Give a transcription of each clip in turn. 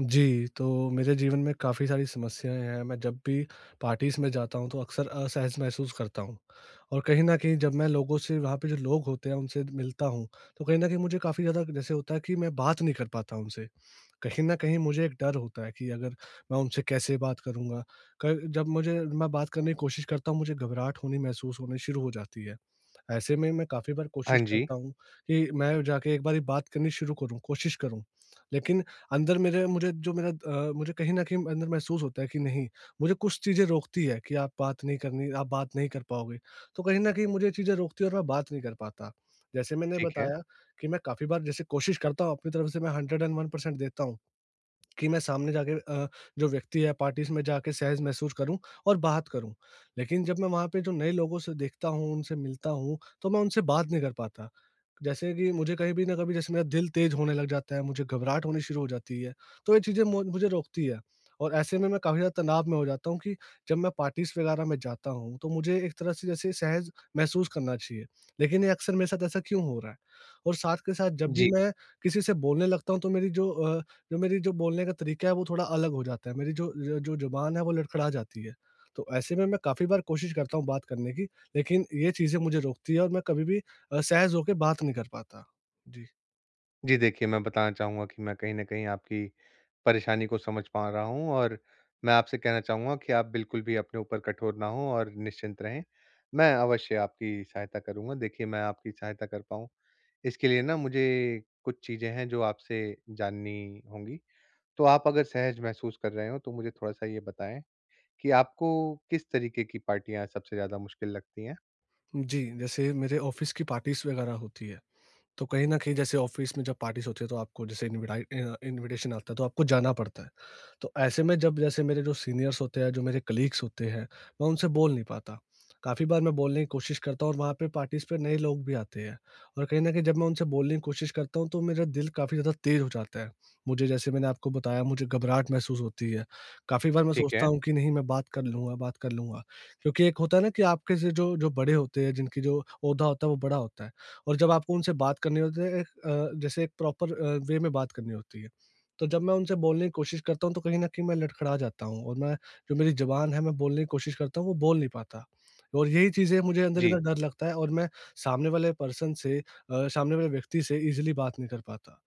जी, तो मेरे जीवन में काफ़ी सारी समस्याएँ हैं, मैं जब भी पार्टीज़ में जाता हूँ तो अक्सर असहज महसूस करता हूँ। और कहीं न कहीं जब मैं लोगों से वहाँ पे जो लोग होते हैं उनसे मिलता हूँ, तो कहीं न कहीं मुझे काफ़ी ज़्यादा जैसे होता है कि मैं बात नहीं कर पाता उनसे। कहीं न कहीं मुझे एक डर होता है कि अगर मैं उनसे कैसे बात करूँगा? क जब मुझे मैं बात करने की कोशिश करता हूँ, मुझे घबराहट होनी महसूस होनी शुरू हो जाती है। ऐसे में मैं काफ़ी बार हाँ कोशिश जी। करता हूँ कि मैं जाके एक बारी बात करनी शुरू करूँ, कोशिश करूँ। लेकिन अंदर मेरे मुझे जो मेरा मुझे कहीं न कहीं अंदर महसूस होता है कि नहीं, मुझे कुछ चीज़ें रोकती है कि आप बात नहीं करनी, आप बात नहीं कर पाओगे। तो कहीं न कहीं मुझे ये चीज़ें रोकती है और मैं बात नहीं कर पाता। जैसे मैंने ठीक है। बताया कि मैं काफ़ी बार जैसे कोशिश करता हूँ, अपनी तरफ से मैं 101% देता हूँ। कि मैं सामने जाके जो व्यक्ति है पार्टीज़ में जाके सहज महसूस करूँ और बात करूँ। लेकिन जब मैं वहाँ पे जो नए लोगों से देखता हूँ, उनसे मिलता हूँ, तो मैं उनसे बात नहीं कर पाता। जैसे कि मुझे कहीं भी ना कभी जैसे मेरा दिल तेज़ होने लग जाता है, मुझे घबराहट होनी शुरू हो जाती है, तो ये चीज़ें मो मुझे रोकती है। और ऐसे में मैं काफ़ी ज़्यादा तनाव में हो जाता हूँ कि जब मैं पार्टीज़ वगैरह में जाता हूँ, तो मुझे एक तरह से जैसे सहज महसूस करना चाहिए, लेकिन ये अक्सर मेरे साथ ऐसा क्यों हो रहा है? और साथ के साथ जब भी जी। मैं किसी से बोलने लगता हूँ, तो मेरी जो जो मेरी जो बोलने का तरीका है, वो थोड़ा अलग हो जाता है। मेरी जो ज़ुबान है, वो लड़खड़ा जाती है। तो ऐसे में मैं काफ़ी बार कोशिश करता हूँ बात करने की, लेकिन ये चीज़ें मुझे रोकती है और मैं कभी भी सहज होके बात नहीं कर पाता। जी। जी, देखिए मैं बताना चाहूँगा कि मैं कहीं न कहीं आपकी परेशानी को समझ पा रहा हूँ और मैं आपसे कहना चाहूँगा कि आप बिल्कुल भी अपने ऊपर कठोर ना हों और निश्चिंत रहें। मैं अवश्य आपकी सहायता करूँगा। देखिए, मैं आपकी सहायता कर पाऊँ, इसके लिए ना मुझे कुछ चीज़ें हैं जो आपसे जाननी होंगी। तो आप अगर सहज महसूस कर रहे हो तो मुझे थोड़ा-सा ये बताएँ कि आपको किस तरीके की पार्टियाँ सबसे ज़्यादा मुश्किल लगती हैं? जी, जैसे मेरे ऑफ़िस की पार्टीज़ वग़ैरह होती है। तो कहीं न कहीं जैसे ऑफ़िस में जब पार्टीज़ होती है तो आपको जैसे इनविटेशन आता है तो आपको जाना पड़ता है। तो ऐसे में जब जैसे मेरे जो सीनियर्स होते हैं, जो मेरे कलीग्स होते हैं, मैं उनसे बोल नहीं पाता। काफ़ी बार मैं बोलने की कोशिश करता हूँ और वहाँ पे पार्टीज़ पे नए लोग भी आते हैं, और कहीं न कहीं जब मैं उनसे बोलने की कोशिश करता हूँ तो मेरा दिल काफ़ी ज़्यादा तेज़ हो जाता है। मुझे जैसे मैंने आपको बताया, मुझे घबराहट महसूस होती है। काफ़ी बार मैं ठीक सोचता है। हूँ कि नहीं, मैं बात कर लूँगा, बात कर लूँगा। क्योंकि एक होता है ना कि आपके से जो जो बड़े होते हैं, जिनकी जो ओहदा होता है वो बड़ा होता है। और जब आपको उनसे बात करनी होती है एक जैसे एक प्रॉपर वे में बात करनी होती है। तो जब मैं उनसे बोलने की कोशिश करता हूँ तो कहीं न कहीं मैं लड़खड़ा जाता हूँ, और मैं जो मेरी ज़ुबान है, मैं बोलने की कोशिश करता हूँ, वो बोल नहीं पाता। और यही चीज़ें मुझे, जी, अंदर-अंदर डर लगता है और मैं सामने वाले व्यक्ति से ईज़िली बात नहीं कर पाता।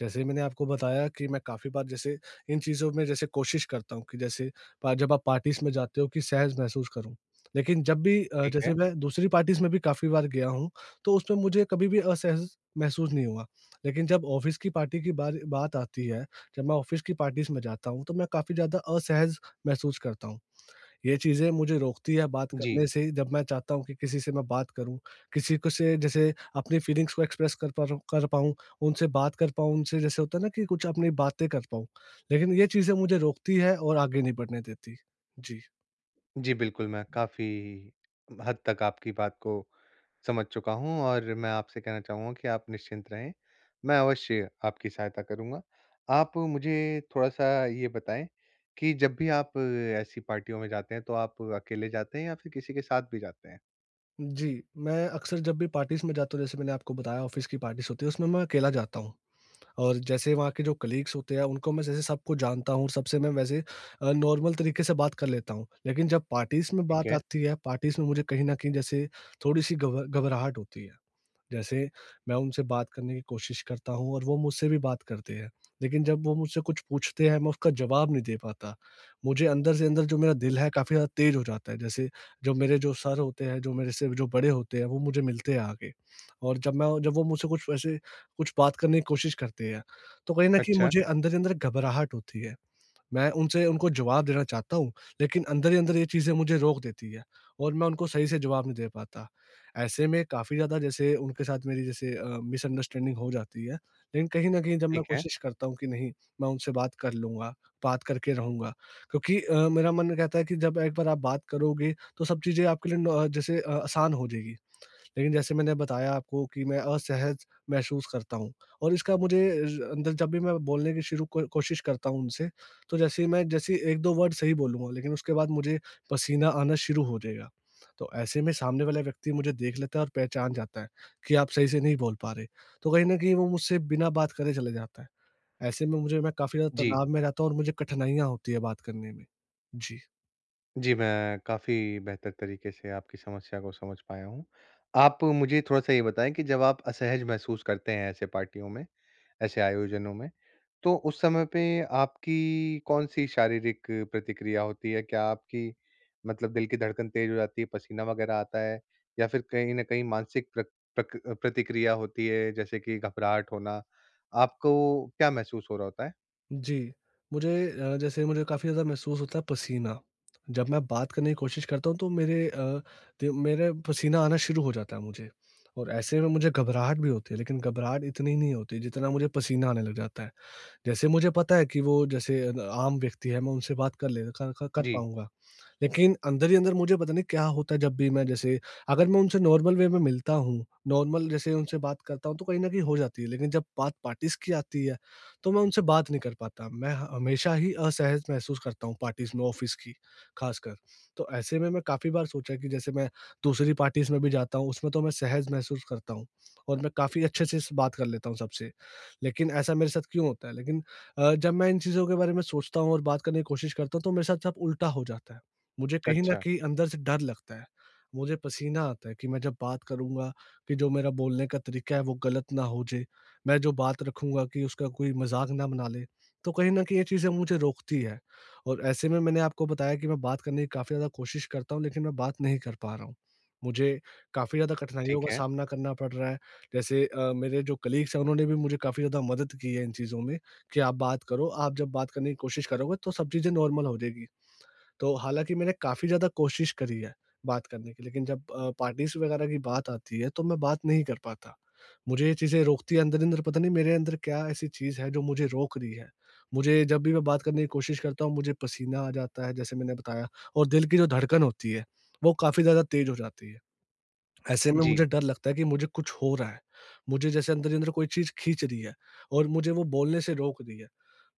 जैसे मैंने आपको बताया कि मैं काफ़ी बार जैसे इन चीज़ों में जैसे कोशिश करता हूँ कि जैसे पा जब आप पार्टीज़ में जाते हो कि सहज महसूस करूँ। लेकिन जब भी ठीक है। जैसे मैं दूसरी पार्टीज़ में भी काफ़ी बार गया हूँ, तो उसमें मुझे कभी भी असहज महसूस नहीं हुआ। लेकिन जब ऑफ़िस की पार्टी की बार बात आती है, जब मैं ऑफ़िस की पार्टीज़ में जाता हूँ, तो मैं काफ़ी ज़्यादा असहज महसूस करता हूँ। ये चीज़ें मुझे रोकती है बात जी। करने से, जब मैं चाहता हूँ कि किसी से मैं बात करूँ, किसी को से जैसे अपनी फीलिंग्स को एक्सप्रेस कर पा रहा हूँ कर पाऊँ, उनसे बात कर पाऊँ, उनसे जैसे होता है ना कि कुछ अपनी बातें कर पाऊँ। लेकिन ये चीज़ें मुझे रोकती है और आगे नहीं बढ़ने देती। जी। जी, बिल्कुल, मैं काफ़ी हद तक आपकी बात को समझ चुका हूँ और मैं आपसे कहना चाहूँगा कि आप निश्चिंत रहें, मैं अवश्य आपकी सहायता करूँगा। आप मुझे थोड़ा-सा ये बताएँ कि जब भी आप ऐसी पार्टियों में जाते हैं, तो आप अकेले जाते हैं या फिर किसी के साथ भी जाते हैं? जी, मैं अक्सर जब भी पार्टीज़ में जाता हूँ, जैसे मैंने आपको बताया ऑफ़िस की पार्टीज़ होती है, उसमें मैं अकेला जाता हूँ। और जैसे वहाँ के जो कलीग्स होते हैं, उनको मैं जैसे सबको जानता हूँ, सबसे मैं वैसे नॉर्मल तरीके से बात कर लेता हूँ। लेकिन जब पार्टीज़ में ठीक बात है, आती है, पार्टीज़ में मुझे कहीं न कहीं जैसे थोड़ी-सी घब घबराहट होती है। जैसे मैं उनसे बात करने की कोशिश करता हूँ और वो मुझसे भी बात करते हैं, लेकिन जब वो मुझसे कुछ पूछते हैं, मैं उसका जवाब नहीं दे पाता। मुझे अंदर से अंदर जो मेरा दिल है, काफ़ी ज़्यादा तेज़ हो जाता है, जैसे जो मेरे जो सर होते हैं, जो मेरे से जो बड़े होते हैं, वो मुझे मिलते हैं आके, और जब वो मुझसे कुछ ऐसे कुछ बात करने की कोशिश करते हैं, तो कहीं न कहीं अच्छा, मुझे अंदर ही अंदर घबराहट होती है। मैं उनसे उनको जवाब देना चाहता हूँ, लेकिन अंदर ही अंदर ये चीज़ें मुझे रोक देती है और मैं उनको सही से जवाब नहीं दे पाता। ऐसे में काफ़ी ज़्यादा जैसे उनके साथ मेरी जैसे मिसअंडरस्टैंडिंग हो जाती है, लेकिन कहीं न कहीं जब मैं ठीक है। कोशिश करता हूँ कि नहीं, मैं उनसे बात कर लूँगा, बात करके रहूँगा। क्योंकि मेरा मन कहता है कि जब एक बार आप बात करोगे, तो सब चीज़ें आपके लिए न जैसे आसान हो जाएगी। लेकिन जैसे मैंने बताया आपको कि मैं असहज महसूस करता हूँ, और इसका मुझे र अंदर जब भी मैं बोलने की शुरू को कोशिश करता हूँ उनसे, तो जैसे ही मैं जैसे 1-2 वर्ड सही बोलूँगा, लेकिन उसके बाद मुझे पसीना आना शुरू हो जाएगा। तो ऐसे में सामने वाला व्यक्ति मुझे देख लेता है और पहचान जाता है कि आप सही से नहीं बोल पा रहे। तो कहीं न कहीं वो मुझसे बिना बात करे चले जाता है। ऐसे में मुझे मैं काफ़ी ज़्यादा जी। तनाव में रहता हूँ और मुझे कठिनाइयाँ होती है बात करने में। जी। जी, मैं काफ़ी बेहतर तरीके से आपकी समस्या को समझ पाया हूँ। आप मुझे थोड़ा-सा ये बताएँ कि जब आप असहज महसूस करते हैं ऐसे पार्टियों में, ऐसे आयोजनों में। तो उस समय पे आपकी कौन-सी शारीरिक प्रतिक्रिया होती है? क्या आपकी मतलब दिल की धड़कन तेज़ हो जाती है, पसीना वगैरह आता है? या फिर कहीं न कहीं मानसिक प्रक प्रक प्रतिक्रिया होती है जैसे कि घबराहट होना? आपको क्या महसूस हो रहा होता है? जी, मुझे जैसे मुझे काफ़ी ज़्यादा महसूस होता है पसीना। जब मैं बात करने की कोशिश करता हूँ तो मेरे अ, दि मेरे पसीना आना शुरू हो जाता है मुझे, और ऐसे में मुझे घबराहट भी होती है, लेकिन घबराहट इतनी नहीं होती जितना मुझे पसीना आने लग जाता है। जैसे मुझे पता है कि वो जैसे आम व्यक्ति है, मैं उनसे बात कर ले क क कर जी, पाऊँगा। लेकिन अंदर ही अंदर मुझे पता नहीं क्या होता है जब भी मैं जैसे, अगर मैं उनसे नॉर्मल वे में मिलता हूँ, नॉर्मल जैसे उनसे बात करता हूँ तो कहीं न कहीं हो जाती है। लेकिन जब बात पार्टीज़ की आती है, तो मैं उनसे बात नहीं कर पाता। मैं हमेशा ही असहज महसूस करता हूँ पार्टीज़ में, ऑफ़िस की ख़ासकर। तो ऐसे में मैं काफ़ी बार सोचा कि जैसे मैं दूसरी पार्टीज़ में भी जाता हूँ, उसमें तो मैं सहज महसूस करता हूँ और मैं काफ़ी अच्छे से स बात कर लेता हूँ सबसे। लेकिन ऐसा मेरे साथ क्यों होता है? लेकिन जब मैं इन चीज़ों के बारे में सोचता हूँ और बात करने की कोशिश करता हूँ तो मेरे साथ सब उल्टा हो जाता है। मुझे कहीं न अच्छा, कहीं अंदर से डर लगता है। मुझे पसीना आता है कि मैं जब बात करूँगा, कि जो मेरा बोलने का तरीका है वो गलत ना हो जाए, मैं जो बात रखूँगा कि उसका कोई मज़ाक ना बना ले, तो कहीं न कहीं ये चीज़ें मुझे रोकती है। और ऐसे में मैंने आपको बताया कि मैं बात करने की काफ़ी ज़्यादा कोशिश करता हूँ लेकिन मैं बात नहीं कर पा रहा हूँ। मुझे काफ़ी ज़्यादा कठिनाइयों ठीक का है। सामना करना पड़ रहा है। जैसे मेरे जो कलीग्स हैं उन्होंने भी मुझे काफ़ी ज़्यादा मदद की है इन चीज़ों में कि आप बात करो, आप जब बात करने की कोशिश करोगे तो सब चीज़ें नॉर्मल हो जाएगी। तो हालाँकि मैंने काफ़ी ज़्यादा कोशिश करी है बात करने की, लेकिन जब पार्टीज़ वगैरह की बात आती है, तो मैं बात नहीं कर पाता। मुझे ये चीज़ें रोकती है अंदर-अंदर, पता नहीं मेरे अंदर क्या ऐसी चीज़ है जो मुझे रोक रही है। मुझे जब भी मैं बात करने की कोशिश करता हूँ, मुझे पसीना आ जाता है, जैसे मैंने बताया, और दिल की जो धड़कन होती है, वो काफ़ी ज़्यादा तेज़ हो जाती है। ऐसे में जी, मुझे डर लगता है कि मुझे कुछ हो रहा है। मुझे जैसे अंदर ही अंदर कोई चीज़ खींच रही है और मुझे वो बोलने से रोक रही है।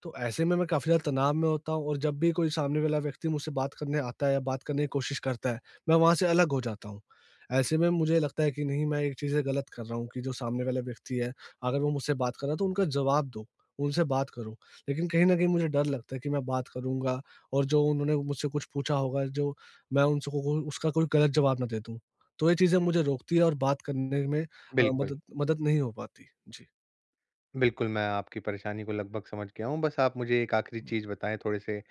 तो ऐसे में मैं काफ़ी ज़्यादा तनाव में होता हूँ, और जब भी कोई सामने वाला व्यक्ति मुझसे बात करने आता है या बात करने की कोशिश करता है, मैं वहाँ से अलग हो जाता हूँ। ऐसे में मुझे लगता है कि नहीं, मैं ये चीज़ें गलत कर रहा हूँ, कि जो सामने वाला व्यक्ति है, अगर वो मुझसे बात कर रहा है तो उनका जवाब दो, उनसे बात करो। लेकिन कहीं न कहीं मुझे डर लगता है कि मैं बात करूँगा, और जो उन्होंने मुझसे कुछ पूछा होगा, जो मैं उनसे को उसका कोई गलत जवाब ना दे दूँ। तो ये चीज़ें मुझे रोकती है और बात करने में बिल्कुल। मदद मदद नहीं हो पाती। जी। बिल्कुल, मैं आपकी परेशानी को लगभग समझ गया हूँ। बस आप मुझे एक आखिरी चीज़ बताएँ, थोड़े-से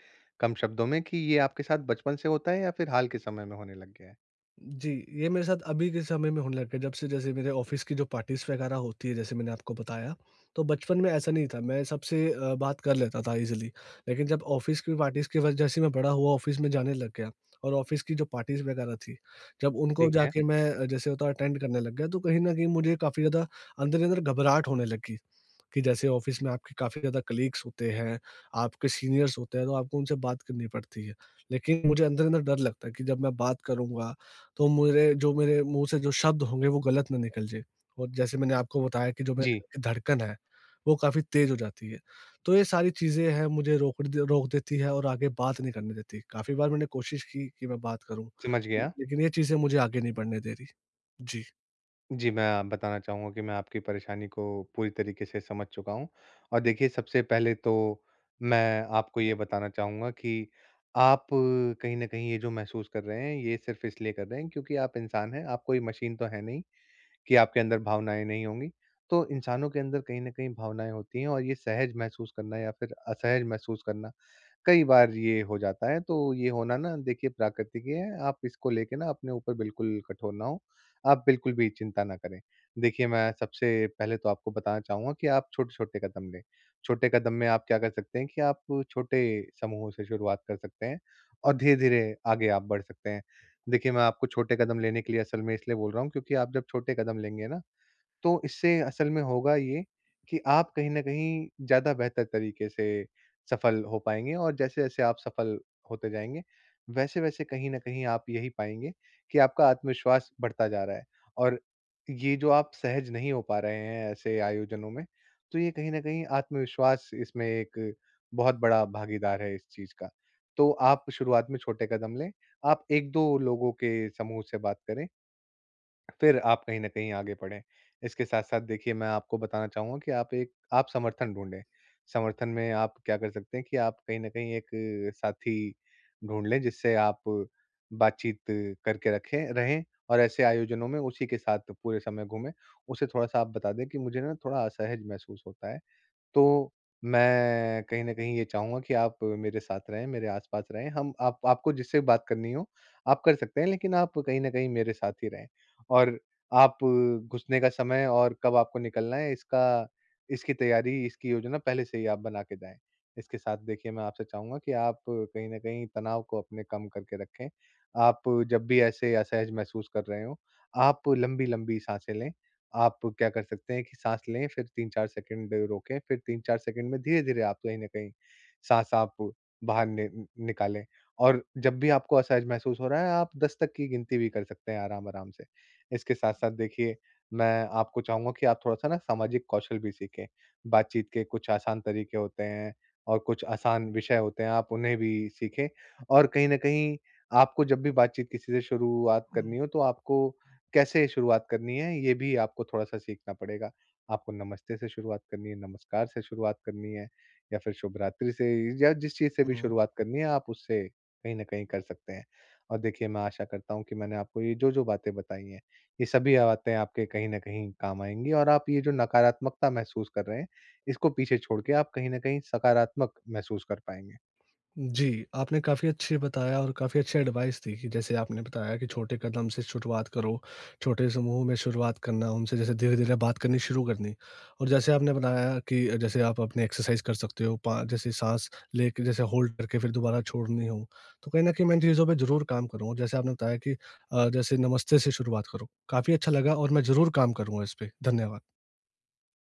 कम शब्दों में कि ये आपके साथ बचपन से होता है या फिर हाल के समय में होने लग गया है? जी, ये मेरे साथ अभी के समय में होने लग गया, जब से जैसे मेरे ऑफ़िस की जो पार्टीज़ वगैरह होती है, जैसे मैंने आपको बताया, तो बचपन में ऐसा नहीं था, मैं सबसे बात कर लेता था ईज़िली। लेकिन जब ऑफ़िस की पार्टीज़ की वज जैसे मैं बड़ा हुआ, ऑफ़िस में जाने लग गया, और ऑफ़िस की जो पार्टीज़ वगैरह थी, जब उनको ठीक है। जाके मैं जैसे होता है अटेंड करने लग गया, तो कहीं न कहीं मुझे काफ़ी ज़्यादा अंदर ही अंदर घबराहट होने लगी कि जैसे ऑफ़िस में आपके काफ़ी ज़्यादा कलीग्स होते हैं, आपके सीनियर्स होते हैं, तो आपको उनसे बात करनी पड़ती है। लेकिन मुझे अंदर ही अंदर डर लगता है कि जब मैं बात करूँगा तो मेरे मुँह से जो शब्द होंगे वो गलत ना निकल जाए, और जैसे मैंने आपको बताया कि जो मेरे जी। दिल की धड़कन है, वो काफ़ी तेज़ हो जाती है। तो ये सारी चीज़ें हैं, मुझे रोक देती है और आगे बात नहीं करने देती। काफ़ी बार मैंने कोशिश की कि मैं बात करूँ, समझ गया। लेकिन ये चीज़ें मुझे आगे नहीं बढ़ने दे रही। जी। जी, मैं आप बताना चाहूँगा कि मैं आपकी परेशानी को पूरी तरीके से समझ चुका हूँ। और देखिए, सबसे पहले तो मैं आपको ये बताना चाहूँगा कि आप कहीं न कहीं ये जो महसूस कर रहे हैं, ये सिर्फ़ इसलिए कर रहे हैं क्योंकि आप इंसान हैं, आप कोई मशीन तो हैं नहीं कि आपके अंदर भावनाएँ नहीं होंगी। तो इंसानों के अंदर कहीं न कहीं भावनाएँ होती हैं और ये सहज महसूस करना या फिर असहज महसूस करना कई बार ये हो जाता है, तो ये होना ना देखिए प्राकृतिक ही है। आप इसको लेके ना अपने ऊपर बिल्कुल कठोर ना हों, आप बिल्कुल भी चिंता ना करें। देखिए, मैं सबसे पहले तो आपको बताना चाहूँगा कि आप छोटे-छोटे कदम लें। छोटे कदम में आप क्या कर सकते हैं कि आप छोटे समूहों से शुरुआत कर सकते हैं और धीरे-धीरे आगे आप बढ़ सकते हैं। देखिए, मैं आपको छोटे कदम लेने के लिए असल में इसलिए बोल रहा हूँ क्योंकि आप जब छोटे कदम लेंगे ना, तो इससे असल में होगा ये कि आप कहीं न कहीं ज़्यादा बेहतर तरीके से सफल हो पाएँगे और जैसे-जैसे आप सफल होते जाएँगे, वैसे-वैसे कहीं न कहीं आप यही पाएँगे कि आपका आत्मविश्वास बढ़ता जा रहा है। और ये जो आप सहज नहीं हो पा रहे हैं ऐसे आयोजनों में, तो ये कहीं न कहीं आत्मविश्वास, इसमें एक बहुत बड़ा भागीदार है इस चीज़ का। तो आप शुरुआत में छोटे कदम लें, आप 1-2 लोगों के समूह से बात करें, फिर आप कहीं न कहीं आगे बढ़ें। इसके साथ-साथ देखिए, मैं आपको बताना चाहूँगा कि आप एक आप समर्थन ढूँढें। समर्थन में आप क्या कर सकते हैं कि आप कहीं न कहीं एक साथी ढूँढ लें जिससे आप बातचीत करके रखें रहें और ऐसे आयोजनों में उसी के साथ पूरे समय घूमें। उसे थोड़ा-सा आप बता दें कि मुझे ना थोड़ा असहज महसूस होता है। तो मैं कहीं न कहीं ये चाहूँगा कि आप मेरे साथ रहें, मेरे आस-पास रहें। हम आप आपको जिससे बात करनी हो, आप कर सकते हैं, लेकिन आप कहीं न कहीं मेरे साथ ही रहें। और आप घुसने का समय और कब आपको निकलना है, इसका इसकी तैयारी, इसकी योजना पहले से ही आप बना के जाएँ। इसके साथ देखिए, मैं आपसे चाहूँगा कि आप कहीं न कहीं तनाव को अपने कम करके रखें। आप जब भी ऐसे असहज महसूस कर रहे हों, आप लंबी-लंबी साँसें लें। आप क्या कर सकते हैं कि सांस लें, फिर 3-4 सेकंड रोकें, फिर 3-4 सेकंड में धीरे-धीरे आप कहीं न कहीं सांस आप बाहर नि निकालें। और जब भी आपको असहज महसूस हो रहा है, आप 10 तक की गिनती भी कर सकते हैं आराम-आराम से। इसके साथ-साथ देखिए, मैं आपको चाहूँगा कि आप थोड़ा-सा ना सामाजिक कौशल भी सीखें। बातचीत के कुछ आसान तरीके होते हैं और कुछ आसान विषय होते हैं, आप उन्हें भी सीखें। और कहीं न कहीं आपको जब भी बातचीत किसी से शुरुआत हुँ, करनी हो, तो आपको कैसे शुरुआत करनी है, ये भी आपको थोड़ा-सा सीखना पड़ेगा। आपको नमस्ते से शुरुआत करनी है, नमस्कार से शुरुआत करनी है या फिर शुभ रात्रि से या जिस चीज़ से भी हुँ। शुरुआत करनी है, आप उससे कहीं न कहीं कर सकते हैं। और देखिए, मैं आशा करता हूँ कि मैंने आपको ये जो-जो बातें बताई हैं, ये सभी बातें आपके कहीं न कहीं काम आएँगी और आप ये जो नकारात्मकता महसूस कर रहे हैं, इसको पीछे छोड़ के आप कहीं न कहीं सकारात्मक महसूस कर पाएँगे। जी, आपने काफ़ी अच्छे बताया और काफ़ी अच्छे एडवाइस दी, कि जैसे आपने बताया कि छोटे कदम से शुरुआत करो, छोटे समूह में शुरुआत करना, उनसे जैसे धीरे-धीरे बात करनी शुरू करनी। और जैसे आपने बताया कि जैसे आप अपने एक्सरसाइज़ कर सकते हो, पा जैसे साँस लेके जैसे होल्ड करके फिर दोबारा छोड़नी हो, तो कहीं न कहीं मैं इन चीज़ों पे ज़रूर काम करूँगा। जैसे आपने बताया कि जैसे नमस्ते से शुरुआत करो, काफ़ी अच्छा लगा, और मैं ज़रूर काम करूँगा इस पे। धन्यवाद।